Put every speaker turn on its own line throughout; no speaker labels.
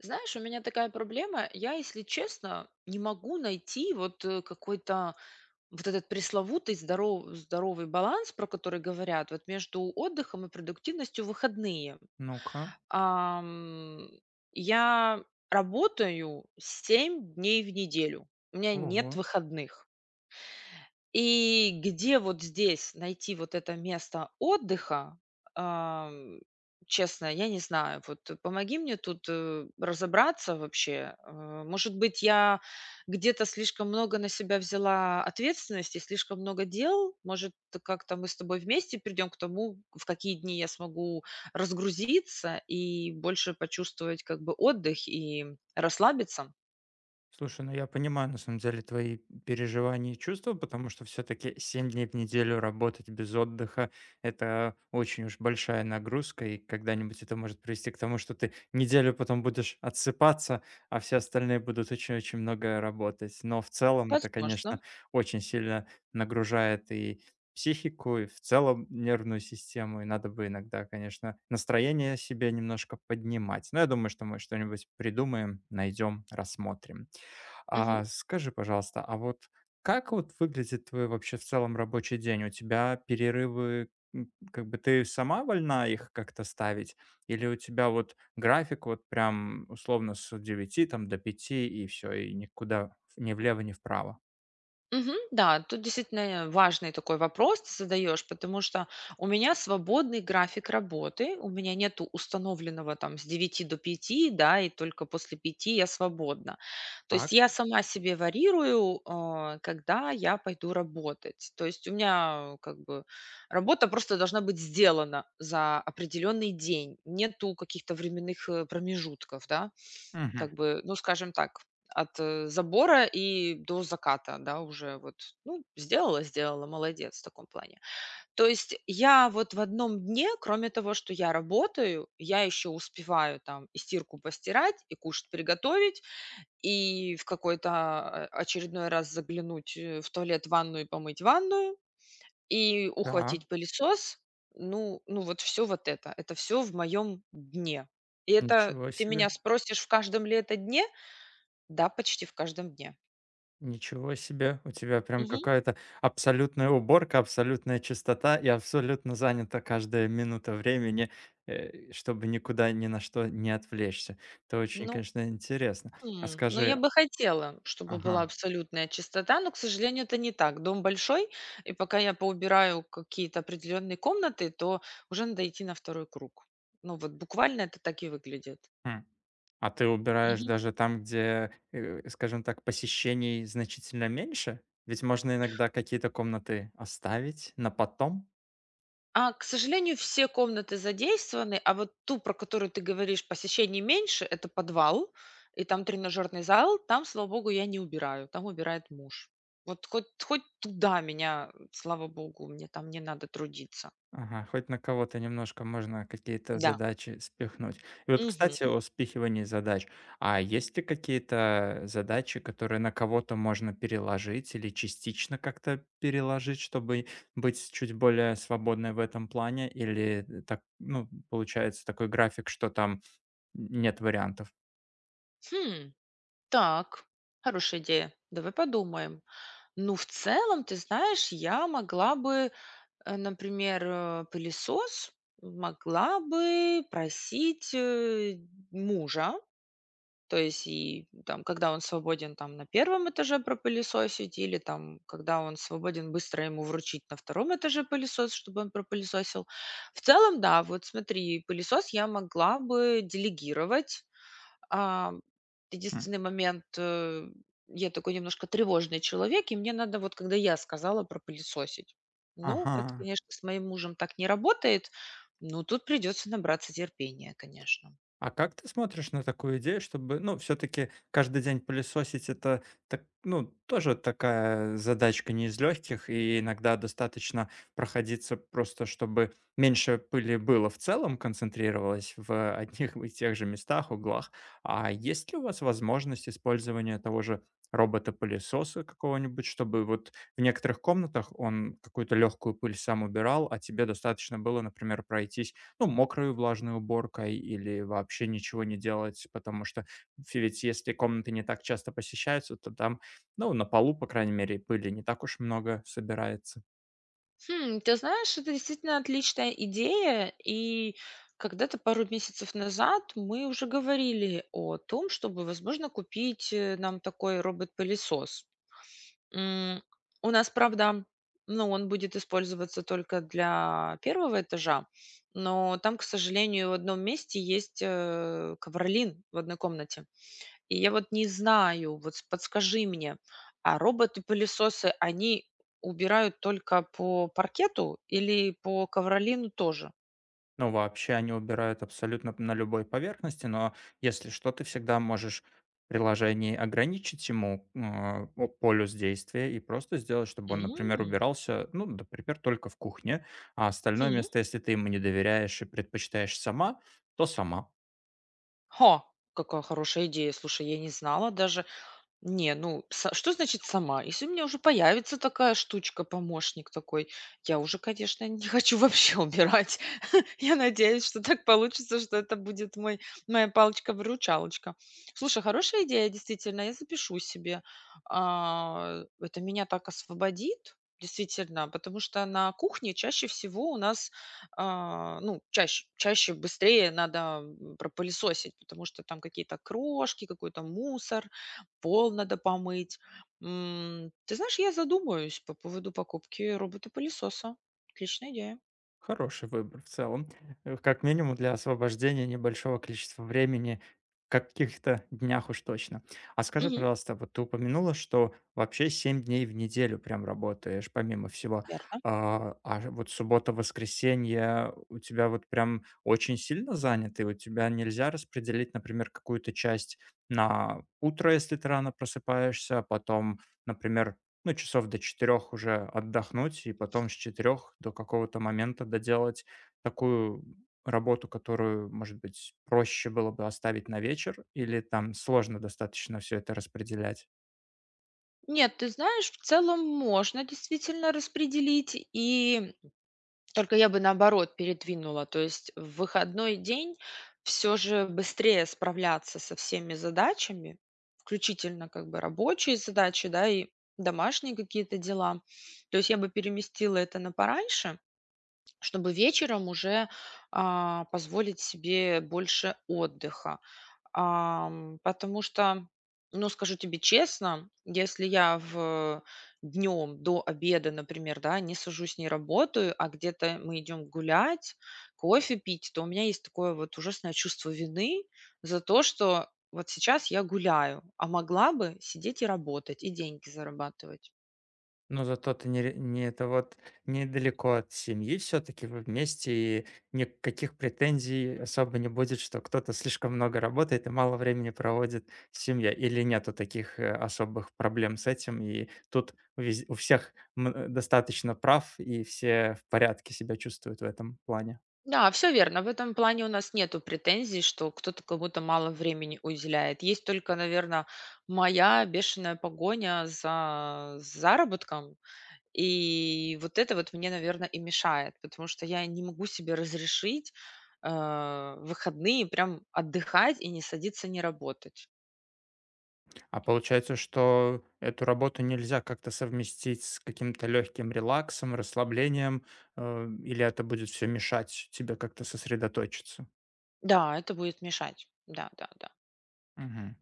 Знаешь, у меня такая проблема. Я, если честно, не могу найти вот какой-то вот этот пресловутый здоровый баланс, про который говорят, вот между отдыхом и продуктивностью в выходные.
Ну-ка.
Ам, я работаю 7 дней в неделю. У меня нет
Ого.
выходных. И где вот здесь найти вот это место отдыха, ам, честно, я не знаю. Вот помоги мне тут, разобраться вообще. Может быть, я где-то слишком много на себя взяла ответственности, слишком много дел. Может, как-то мы с тобой вместе придем к тому, в какие дни я смогу разгрузиться и больше почувствовать как бы отдых и расслабиться?
Слушай, ну я понимаю, на самом деле, твои переживания и чувства, потому что все-таки 7 дней в неделю работать без отдыха– это очень уж большая нагрузка, и когда-нибудь это может привести к тому, что ты неделю потом будешь отсыпаться, а все остальные будут очень-очень много работать. Но в целом это,
Возможно.
конечно, очень сильно нагружает и психику, и в целом нервную систему, и надо бы иногда, конечно, настроение себе немножко поднимать. Но я думаю, что мы что-нибудь придумаем, найдем, рассмотрим. А скажи, пожалуйста, а вот как вот выглядит твой вообще в целом рабочий день? У тебя перерывы, как бы ты сама вольна их как-то ставить? Или у тебя вот график вот прям условно с 9 там до 5 и все, и никуда ни влево, ни вправо?
Мгм. Да, тут действительно важный такой вопрос ты задаешь, потому что у меня свободный график работы, у меня нету установленного там с 9 до 5, да, и только после 5 я свободна. То есть
Так.
я сама себе варьирую, когда я пойду работать. То есть у меня как бы работа просто должна быть сделана за определенный день, нету каких-то временных промежутков, да.
Мгм.
Как бы, ну, скажем так, от, забора и до заката, да, уже вот, ну, сделала, сделала, молодец в таком плане. То есть я вот в одном дне, кроме того, что я работаю, я еще успеваю там и стирку постирать, и кушать приготовить, и в какой-то, очередной раз заглянуть, в туалет, в ванную и помыть ванную, и
Так,
ухватить пылесос. Ну, вот все вот это. Это все в моем дне. И это
ничего
ты меня
себе.
спросишь в каждом ли это дне? Да, почти в каждом дне.
Ничего себе, у тебя прям
Мгм.
какая-то абсолютная уборка, абсолютная чистота и абсолютно занята каждая минута времени, чтобы никуда ни на что не отвлечься. Это очень,
Ну,
конечно, интересно. А
ну, я
скажи,
бы хотела, чтобы
ага,
была абсолютная чистота, но, к сожалению, это не так. Дом большой, и пока я поубираю какие-то определенные комнаты, то уже надо идти на второй круг. Ну, вот буквально это так и выглядит.
м, а ты убираешь даже там, где, скажем так, посещений значительно меньше? Ведь можно иногда какие-то комнаты оставить на потом?
А, к сожалению, все комнаты задействованы, а вот ту, про которую ты говоришь, посещений меньше, это подвал, и там тренажерный зал, там, слава богу, я не убираю, там убирает муж. Вот хоть туда меня, слава богу, мне там не надо трудиться.
Ага, хоть на кого-то немножко можно какие-то
Да.
задачи спихнуть. И вот,
Мгм.
кстати, о спихивании задач. А есть ли какие-то задачи, которые на кого-то можно переложить или частично как-то переложить, чтобы быть чуть более свободной в этом плане? Или так, ну, получается такой график, что там нет вариантов?
Хм, так, хорошая идея. Давай подумаем. Ну, в целом, ты знаешь, я могла бы, например, пылесос, могла бы просить мужа. То есть и там, когда он свободен там на первом этаже пропылесосить, или там, когда он свободен, быстро ему вручить на втором этаже пылесос, чтобы он пропылесосил. В целом, да, вот смотри, пылесос я могла бы делегировать. А,
М.
единственный момент, я такой немножко тревожный человек, и мне надо вот, когда я сказала пропылесосить. Ну, это,
Ага.
конечно, с моим мужем так не работает, но тут придется набраться терпения, конечно.
А как ты смотришь на такую идею, чтобы, ну, все-таки каждый день пылесосить это, так, ну, тоже такая задачка не из легких, и иногда достаточно проходиться просто, чтобы меньше пыли было в целом, концентрировалось в одних и тех же местах, углах. А есть ли у вас возможность использования того же робота-пылесоса какого-нибудь, чтобы вот в некоторых комнатах он какую-то легкую пыль сам убирал, а тебе достаточно было, например, пройтись, ну, мокрой влажной уборкой или вообще ничего не делать, потому что ведь если комнаты не так часто посещаются, то там, ну, на полу, по крайней мере, пыли не так уж много собирается.
Хм, ты знаешь, это действительно отличная идея. И когда-то пару месяцев назад мы уже говорили о том, чтобы, возможно, купить нам такой робот-пылесос. М, У нас, правда, ну, он будет использоваться только для первого этажа, но там, к сожалению, в одном месте есть ковролин в одной комнате. И я вот не знаю, вот с подскажи мне, а роботы-пылесосы, они убирают только по паркету или по ковролину тоже?
Ну, вообще они убирают абсолютно на любой поверхности, но если что, ты всегда можешь в приложении ограничить ему полюс действия и просто сделать, чтобы он, например,
М.
убирался, ну, например, только в кухне, а остальное
Хм.
место, если ты ему не доверяешь и предпочитаешь сама, то сама.
Ха, какая хорошая идея. Слушай, я не знала даже. Не, ну, что значит сама? Если у меня уже появится такая штучка, помощник такой, я уже, конечно, не хочу вообще убирать. Я надеюсь, что так получится, что это будет мой моя палочка-выручалочка. Слушай, хорошая идея, действительно, я запишу себе. Это меня так освободит, действительно, потому что на кухне чаще всего у нас, ну, чаще быстрее надо, пропылесосить, потому что там какие-то крошки, какой-то мусор, пол надо помыть. Ты знаешь, я задумаюсь по поводу покупки робота-пылесоса. Отличная идея.
Хороший выбор в целом. Как минимум для освобождения небольшого количества времени в каких-то днях уж точно. А скажи,
Мгм.
пожалуйста, вот ты упомянула, что вообще 7 дней в неделю прям работаешь, помимо всего.
Верно.
А, вот суббота-воскресенье у тебя вот прям очень сильно заняты, у тебя нельзя распределить, например, какую-то часть на утро, если ты рано просыпаешься, а потом, например, ну, часов до 4 уже отдохнуть, и потом с 4 до какого-то момента доделать такую работу, которую, может быть, проще было бы оставить на вечер, или там сложно достаточно все это распределять?
Нет, ты знаешь, в целом можно действительно распределить, и только я бы наоборот передвинула. То есть в выходной день все же быстрее справляться со всеми задачами, включительно как бы рабочие задачи, да, и домашние какие-то дела. То есть я бы переместила это на пораньше, чтобы вечером уже, позволить себе больше отдыха. Потому что, ну, скажу тебе честно, если я в днем до обеда, например, да, не сажусь, не работаю, а где-то мы идем гулять, кофе пить, то у меня есть такое вот ужасное чувство вины за то, что вот сейчас я гуляю, а могла бы сидеть и работать, и деньги зарабатывать.
Но зато ты не это вот недалеко от семьи, все таки вы вместе, и никаких претензий особо не будет, что кто-то слишком много работает и мало времени проводит с семьей. Или нету таких, особых проблем с этим, и тут вез у всех мн достаточно прав, и все в порядке себя чувствуют в этом плане?
Да, все верно. В этом плане у нас нету претензий, что кто-то кому-то мало времени уделяет. Есть только, наверное, моя бешеная погоня за заработком. И вот это вот мне, наверное, и мешает, потому что я не могу себе разрешить, в выходные прям отдыхать и не садиться, не работать.
А получается, что эту работу нельзя как-то совместить с каким-то легким релаксом, расслаблением, или это будет все мешать тебе как-то сосредоточиться?
Да, это будет мешать. Да-да-да.
Мгм.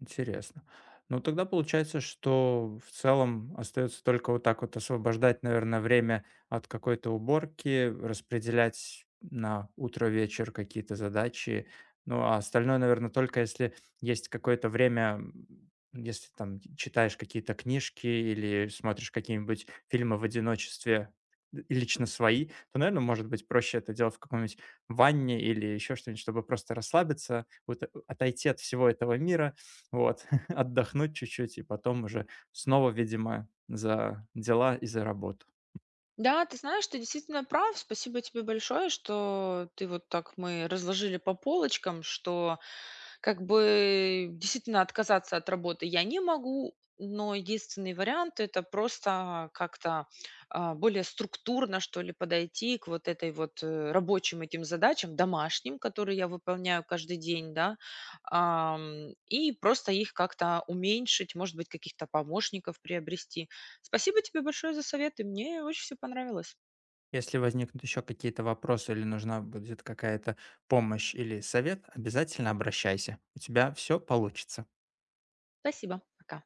Интересно. Ну, тогда получается, что в целом остается только вот так вот освобождать, наверное, время от какой-то уборки, распределять на утро-вечер какие-то задачи. Ну, а остальное, наверное, только если есть какое-то время, если там читаешь какие-то книжки или смотришь какие-нибудь фильмы в одиночестве, и лично свои, то, наверное, может быть проще это делать в каком-нибудь ванне или еще что-нибудь, чтобы просто расслабиться, вот, отойти от всего этого мира, вот, отдохнуть чуть-чуть и потом уже снова, видимо, за дела и за работу.
Да, ты знаешь, ты действительно прав. Спасибо тебе большое, что ты вот так мы разложили по полочкам, что как бы действительно отказаться от работы я не могу, но единственный вариант это просто как-то более структурно, что ли, подойти к вот этой вот рабочим этим задачам, домашним, которые я выполняю каждый день, да, и просто их как-то уменьшить, может быть, каких-то помощников приобрести. Спасибо тебе большое за советы. Мне очень все понравилось.
Если возникнут еще какие-то вопросы или нужна будет какая-то помощь или совет, обязательно обращайся. У тебя все получится.
Спасибо. Пока.